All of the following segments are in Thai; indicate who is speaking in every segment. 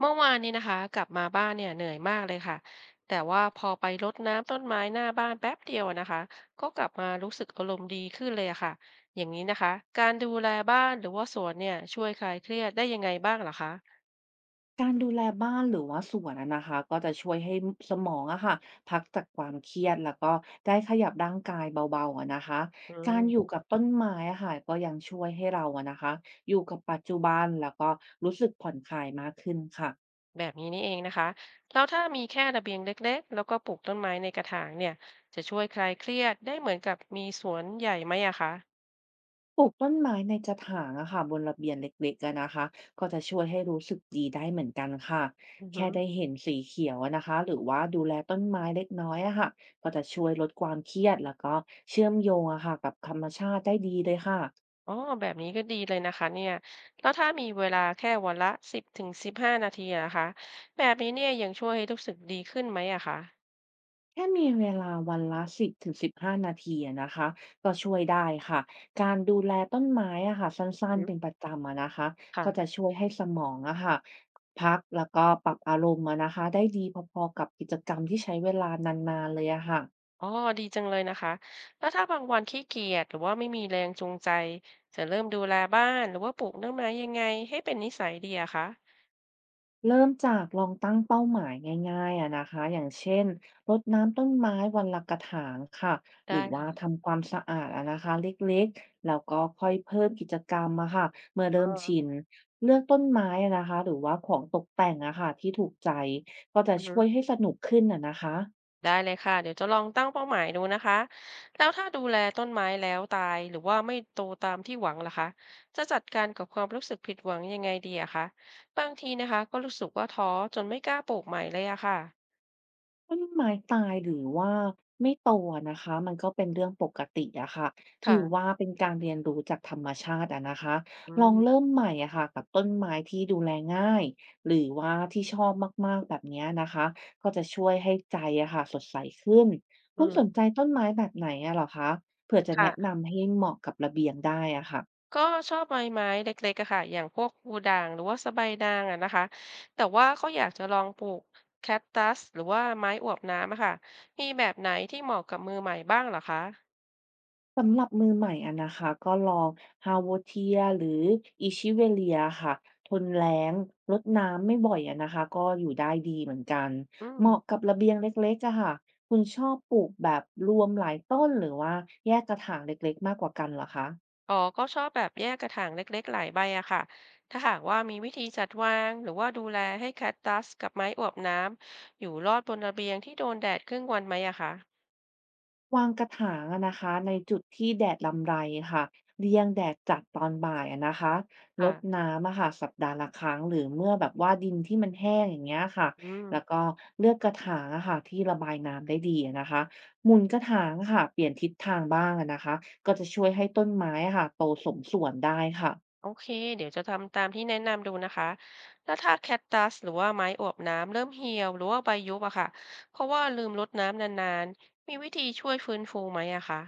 Speaker 1: เมื่อวานนี้นะคะกลับมาบ้านเนี่ยเหนื่อยมากเลยค่ะแต่ว่าพอไปรดน้ำต้นไม้หน้าบ้านแป๊บเดียวอะนะคะก็กลับมารู้สึกอารมณ์ดีขึ้นเลยอะค่ะอย่างนี้นะคะการดูแลบ้านหรือว่าสวนเนี่ยช่วยคลายเครียดได้ยังไงบ้างเหรอคะ
Speaker 2: การดูแลบ้านหรือว่าสวนอะนะคะก็จะช่วยให้สมองอะค่ะพักจากความเครียดแล้วก็ได้ขยับร่างกายเบาๆอะนะคะ
Speaker 1: อื
Speaker 2: การอยู่
Speaker 1: ม
Speaker 2: กับต้นไม้อะค่ะก็ยังช่วยให้เราอะนะคะอยู่กับปัจจุบันแล้วก็รู้สึกผ่อนคลายมากขึ้นค่ะ
Speaker 1: แบบนี้นี่เองนะคะแล้วถ้ามีแค่ระเบียงเล็กๆแล้วก็ปลูกต้นไม้ในกระถางเนี่ยจะช่วยคลายเครียดได้เหมือนกับมีสวนใหญ่ไหมอะคะ
Speaker 2: ปลูกต้นไม้ในกระถางอะค่ะบนระเบียงเล็กๆอะนะคะก็จะช่วยให้รู้สึกดีได้เหมือนกันค่ะ
Speaker 1: อือฮึ
Speaker 2: แค่ได้เห็นสีเขียวอะนะคะหรือว่าดูแลต้นไม้เล็กน้อยอะค่ะก็จะช่วยลดความเครียดแล้วก็เชื่อมโยงอะค่ะกับธรรมชาติได้ดีเลยค่ะ
Speaker 1: อ๋อแบบนี้ก็ดีเลยนะคะเนี่ยแล้วถ้ามีเวลาแค่วันละ10-15นาทีอะนะคะแบบนี้เนี่ยยังช่วยให้รู้สึกดีขึ้นไหมอะคะ
Speaker 2: แค่มีเวลาวันละ10-15นาทีอะนะคะก็ช่วยได้ค่ะการดูแลต้นไม้อะค่ะสั
Speaker 1: อื
Speaker 2: ้
Speaker 1: อ
Speaker 2: น
Speaker 1: ฮึ
Speaker 2: ๆเป็นประจำอะนะคะก็จะ
Speaker 1: ค่ะ
Speaker 2: ช่วยให้สมองอะค่ะพักแล้วก็ปรับอารมณ์อะนะคะได้ดีพอๆกับกิจกรรมที่ใช้เวลานานๆเลยอะค่ะ
Speaker 1: อ๋อดีจังเลยนะคะแล้วถ้าบางวันขี้เกียจหรือว่าไม่มีแรงจูงใจจะเริ่มดูแลบ้านหรือว่าปลูกต้นไม้ยังไงให้เป็นนิสัยดีอะคะ
Speaker 2: เริ่มจากลองตั้งเป้าหมายง่ายๆอะนะคะอย่างเช่นรดน้ำต้นไม้วันละกระถางค่ะหรื
Speaker 1: ได้
Speaker 2: อว่า
Speaker 1: ค่ะ
Speaker 2: ทำความสะอาดอะนะคะเล็กๆแล้วก็ค่อยเพิ่มกิจกรรมอะค่ะเมื่อเริ่มชิ
Speaker 1: อ
Speaker 2: นเลือกต้นไม้อะนะคะหรือว่าของตกแต่งอะค่ะที่ถูกใจก็จะช่
Speaker 1: อ
Speaker 2: วยให้สนุกขึ้นอะนะคะ
Speaker 1: ได้เลยค่ะเดี๋ยวจะลองตั้งเป้าหมายดูนะคะแล้วถ้าดูแลต้นไม้แล้วตายหรือว่าไม่โตตามที่หวังล่ะคะจะจัดการกับความรู้สึกผิดหวังยังไงดีอะคะบางทีนะคะก็รู้สึกว่าท้อจนไม่กล้าปลูกใหม่เลยอะค่ะ
Speaker 2: ต้นไม้ตายหรือว่าไม่โตอะนะคะมันก็เป็นเรื่องปกติอะค่ะถื
Speaker 1: ค่ะ
Speaker 2: อว่าเป็นการเรียนรู้จากธรรมชาติอะนะคะ
Speaker 1: อื
Speaker 2: ลองเริ่
Speaker 1: ม
Speaker 2: มใหม่อะค่ะกับต้นไม้ที่ดูแลง่ายหรือว่าที่ชอบมากๆแบบเนี้ยนะคะก็จะช่วยให้ใจอะค่ะสดใสขึ้น
Speaker 1: อื
Speaker 2: คุณสนใจ
Speaker 1: ม
Speaker 2: ต้นไม้แบบไหนอะเหรอคะเผื่อจะแนะ
Speaker 1: ค่ะ
Speaker 2: นำให้เหมาะกับระเบียงได้อะค่ะ
Speaker 1: ก็ชอบใบไม้เล็กๆอะค่ะอย่างพวกพูด่างหรือว่าสะใบนางอะนะคะแต่ว่าก็อยากจะลองปลูกแคคตัสหรือว่าไม้อวบน้ำอะค่ะมีแบบไหนที่เหมาะกับมือใหม่บ้างเหรอคะ
Speaker 2: สำหรับมือใหม่อะนะคะก็ลอง h าโวเทียหรืออิชิเวเลียค่ะทนแล้งรดน้ำไม่บ่อยอะนะคะก็อยู่ได้ดีเหมือนกัน
Speaker 1: อื
Speaker 2: เห
Speaker 1: ม
Speaker 2: มาะกับระเบียงเล็กๆอะค่ะคุณชอบปลูกแบบรวมหลายต้นหรือว่าแยกกระถางเล็กๆมากกว่ากันเหรอคะ
Speaker 1: อ๋อก็ชอบแบบแยกกระถางเล็กๆหลายใบอะค่ะถ้าหากว่ามีวิธีจัดวางหรือว่าดูแลให้แคคตัสกับไม้อวบน้ำอยู่รอดบนระเบียงที่โดนแดดครึ่งวันไหมอะคะ
Speaker 2: วางกระถางอะนะคะในจุดที่แดดรำไรค่ะเลี่ยงแดดจัดตอนบ่ายอะนะคะรด
Speaker 1: ค่ะ
Speaker 2: น้ำอะค่ะสัปดาห์ละครั้งหรือเมื่อแบบว่าดินที่มันแห้งอย่างเงี้ยค่ะ
Speaker 1: อืม
Speaker 2: แล้วก็เลือกกระถางอะค่ะที่ระบายน้ำได้ดีอะนะคะหมุนกระถางอะค่ะเปลี่ยนทิศทางบ้างอะนะคะก็จะช่วยให้ต้นไม้อะค่ะโตสมส่วนได้ค่ะ
Speaker 1: โอเคเดี๋ยวจะทำตามที่แนะนำดูนะคะแล้วถ้าแคคตัสหรือว่าไม้อวบน้ำเริ่มเหี่ยวหรือว่าใบยุบอะค่ะ เพราะว่าลืมรดน้ำนานๆ มีวิธีช่วยฟื้นฟูไหมอะคะ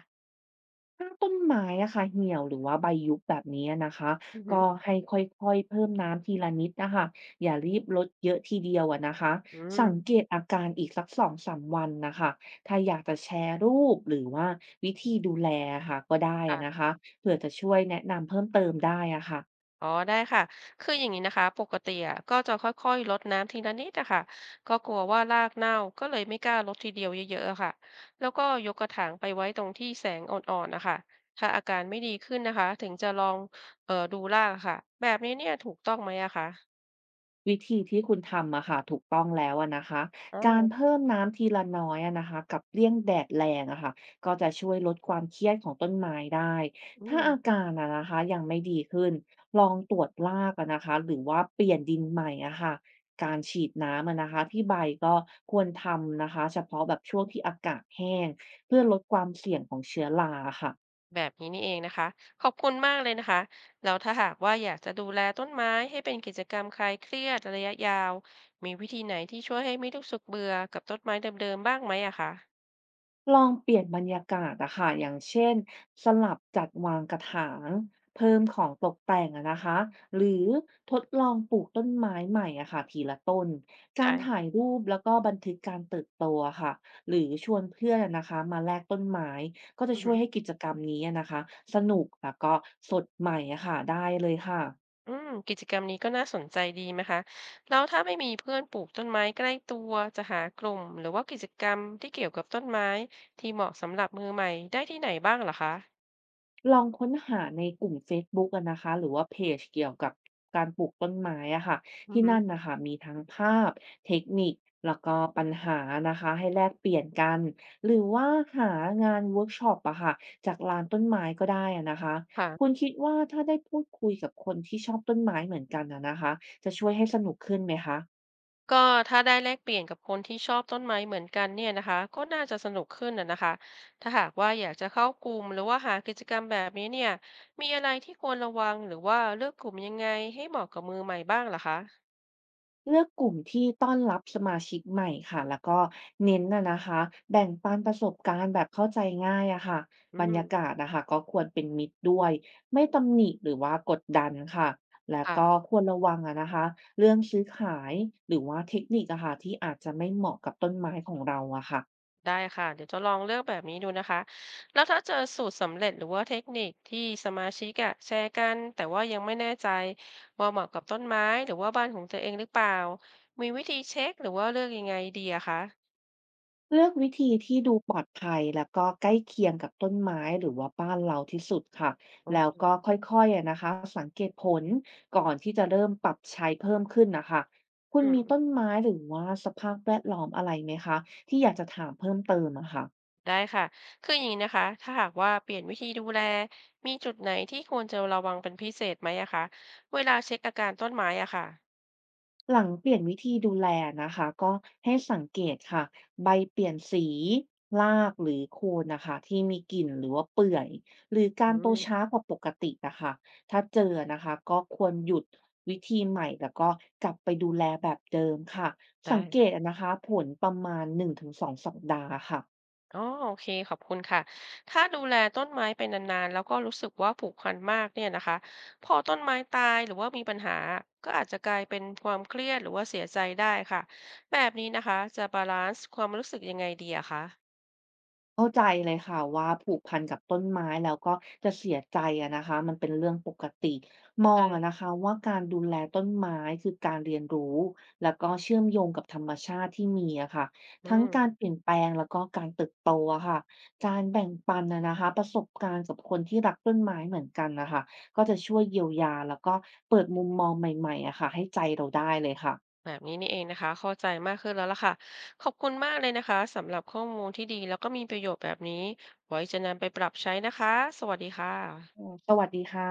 Speaker 2: ถ้าต้นไม้อะค่ะเหี่ยวหรือว่าใบยุบแบบนี้นะคะ
Speaker 1: อือหือ
Speaker 2: ก็ให้ค่อยๆเพิ่มน้ำทีละนิดนะคะอย่ารีบลดเยอะทีเดียวอะนะคะ
Speaker 1: อื
Speaker 2: สังเก
Speaker 1: ม
Speaker 2: ตอาการอีกสัก2-3วันนะคะถ้าอยากจะแชร์รูปหรือว่าวิธีดูแลค่ะก็ได้นะ
Speaker 1: ค่ะ
Speaker 2: คะเผื่อจะช่วยแนะนำเพิ่มเติมได้อะค่ะ
Speaker 1: อ๋อได้ค่ะคืออย่างงี้นะคะปกติอะก็จะค่อยๆรดน้ำทีละนิดอะค่ะก็กลัวว่ารากเน่าก็เลยไม่กล้ารดทีเดียวเยอะๆอะค่ะแล้วก็ยกกระถางไปไว้ตรงที่แสงอ่อนๆนะคะถ้าอาการไม่ดีขึ้นนะคะถึงจะลองดูรากอะค่ะแบบนี้เนี่ยถูกต้องไหมอะคะ
Speaker 2: วิธีที่คุณทำอะค่ะถูกต้องแล้วอะนะคะการ
Speaker 1: อา
Speaker 2: เพิ่มน้ำทีละน้อยอะนะคะกับเลี่ยงแดดแรงอะค่ะก็จะช่วยลดความเครียดของต้นไม้ได้
Speaker 1: อื
Speaker 2: ถ้า
Speaker 1: ม
Speaker 2: อาการอะนะคะยังไม่ดีขึ้นลองตรวจรากอะนะคะหรือว่าเปลี่ยนดินใหม่อะค่ะการฉีดน้ำอะนะคะที่ใบก็ควรทำนะคะเฉพาะแบบช่วงที่อากาศแห้งเพื่อลดความเสี่ยงของเชื้อราค่ะ
Speaker 1: แบบนี้นี่เองนะคะขอบคุณมากเลยนะคะแล้วถ้าหากว่าอยากจะดูแลต้นไม้ให้เป็นกิจกรรมคลายเครียดระยะยาวมีวิธีไหนที่ช่วยให้ไม่รู้สึกเบื่อกับต้นไม้เดิมๆบ้างไหมอะคะ
Speaker 2: ลองเปลี่ยนบรรยากาศอะค่ะอย่างเช่นสลับจัดวางกระถางเพิ่มของตกแต่งอะนะคะหรือทดลองปลูกต้นไม้ใหม่อะค่ะทีละต้นการถ่า
Speaker 1: ได้
Speaker 2: ยรูปแล้วก็บันทึกการเติบโตอะค่ะหรือชวนเพื่อนอะนะคะมาแลกต้นไม้ก็จะ
Speaker 1: อือ
Speaker 2: ช่ว
Speaker 1: ฮึ
Speaker 2: ยให้กิจกรรมนี้อะนะคะสนุกแล้วก็สดใหม่อะค่ะได้เลยค่ะ
Speaker 1: อืมกิจกรรมนี้ก็น่าสนใจดีนะคะแล้วถ้าไม่มีเพื่อนปลูกต้นไม้ใกล้ตัวจะหากลุ่มหรือว่ากิจกรรมที่เกี่ยวกับต้นไม้ที่เหมาะสำหรับมือใหม่ได้ที่ไหนบ้างเหรอคะ
Speaker 2: ลองค้นหาในกลุ่มเฟซบุ๊กอะนะคะหรือว่าเพจเกี่ยวกับการปลูกต้นไม้อะค่ะ
Speaker 1: อือ
Speaker 2: ที่
Speaker 1: ฮึ
Speaker 2: นั่นนะคะมีทั้งภาพเทคนิคแล้วก็ปัญหานะคะให้แลกเปลี่ยนกันหรือว่าหางานเวิร์กช็อปอะค่ะจากร้านต้นไม้ก็ได้อะนะคะคุณ
Speaker 1: ค่ะ
Speaker 2: คิดว่าถ้าได้พูดคุยกับคนที่ชอบต้นไม้เหมือนกันอะนะคะจะช่วยให้สนุกขึ้นไหมคะ
Speaker 1: ก็ถ้าได้แลกเปลี่ยนกับคนที่ชอบต้นไม้เหมือนกันเนี่ยนะคะก็น่าจะสนุกขึ้นอะนะคะถ้าหากว่าอยากจะเข้ากลุ่มหรือว่าหากิจกรรมแบบนี้เนี่ยมีอะไรที่ควรระวังหรือว่าเลือกกลุ่มยังไงให้เหมาะกับมือใหม่บ้างเหรอคะ
Speaker 2: เลือกกลุ่มที่ต้อนรับสมาชิกใหม่ค่ะแล้วก็เน้นนะนะคะแบ่งปันประสบการณ์แบบเข้าใจง่ายอะค่ะ
Speaker 1: อื
Speaker 2: บร
Speaker 1: ม
Speaker 2: รยากาศนะคะก็ควรเป็นมิตรด้วยไม่ตำหนิหรือว่ากดดันค่ะแล้วก็
Speaker 1: ค่ะ
Speaker 2: ควรระวังอะนะคะเรื่องซื้อขายหรือว่าเทคนิคอะค่ะที่อาจจะไม่เหมาะกับต้นไม้ของเราอะค่ะ
Speaker 1: ได้ค่ะเดี๋ยวจะลองเลือกแบบนี้ดูนะคะแล้วถ้าเจอสูตรสำเร็จหรือว่าเทคนิคที่สมาชิกอะแชร์กันแต่ว่ายังไม่แน่ใจว่าเหมาะกับต้นไม้หรือว่าบ้านของตัวเองหรือเปล่ามีวิธีเช็คหรือว่าเลือกยังไงดีอะคะ
Speaker 2: เลือกวิธีที่ดูปลอดภัยแล้วก็ใกล้เคียงกับต้นไม้หรือว่าบ้านเราที่สุดค่ะ
Speaker 1: โอ
Speaker 2: แล้ว
Speaker 1: เค
Speaker 2: ก็ค่อยๆอะนะคะสังเกตผลก่อนที่จะเริ่มปรับใช้เพิ่มขึ้นนะคะคุณ
Speaker 1: อืม
Speaker 2: มีต้นไม้หรือว่าสภาพแวดล้อมอะไรไหมคะที่อยากจะถามเพิ่มเติมอะค่ะ
Speaker 1: ได้ค่ะคืออย่างนี้นะคะถ้าหากว่าเปลี่ยนวิธีดูแลมีจุดไหนที่ควรจะระวังเป็นพิเศษไหมอะคะเวลาเช็คอาการต้นไม้อะค่ะ
Speaker 2: หลังเปลี่ยนวิธีดูแลนะคะก็ให้สังเกตค่ะใบเปลี่ยนสีรากหรือโคนนะคะที่มีกลิ่นหรือว่าเปื่อยหรือกา
Speaker 1: อื
Speaker 2: รโต
Speaker 1: ม
Speaker 2: ช้ากว่าปกตินะคะถ้าเจอนะคะก็ควรหยุดวิธีใหม่แล้วก็กลับไปดูแลแบบเดิมค่ะสั
Speaker 1: ได้
Speaker 2: งเกตนะคะผลประมาณ1-2สองสัปดาห์ค่ะ
Speaker 1: อ๋อโอเคขอบคุณค่ะถ้าดูแลต้นไม้ไปนานๆแล้วก็รู้สึกว่าผูกพันมากเนี่ยนะคะพอต้นไม้ตายหรือว่ามีปัญหาก็อาจจะกลายเป็นความเครียดหรือว่าเสียใจได้ค่ะแบบนี้นะคะจะบาลานซ์ความรู้สึกยังไงดีอะคะ
Speaker 2: เข้าใจเลยค่ะว่าผูกพันกับต้นไม้แล้วก็จะเสียใจอะนะคะมันเป็นเรื่องปกติมองอะนะ
Speaker 1: ใช่
Speaker 2: คะว่าการดูแลต้นไม้คือการเรียนรู้แล้วก็เชื่อมโยงกับธรรมชาติที่มีอะค่ะ
Speaker 1: อื
Speaker 2: ทั้งการ
Speaker 1: ม
Speaker 2: เปลี่ยนแปลงแล้วก็การเติบโตอะค่ะการแบ่งปันอะนะคะประสบการณ์กับคนที่รักต้นไม้เหมือนกันนะคะก็จะช่วยเยียวยาแล้วก็เปิดมุมมองใหม่ๆอะค่ะให้ใจเราได้เลยค่ะ
Speaker 1: แบบนี้นี่เองนะคะเข้าใจมากขึ้นแล้วล่ะค่ะขอบคุณมากเลยนะคะสำหรับข้อมูลที่ดีแล้วก็มีประโยชน์แบบนี้ไว้จะนำไปปรับใช้นะคะสวัสดีค่ะ
Speaker 2: อืมสวัสดีค่ะ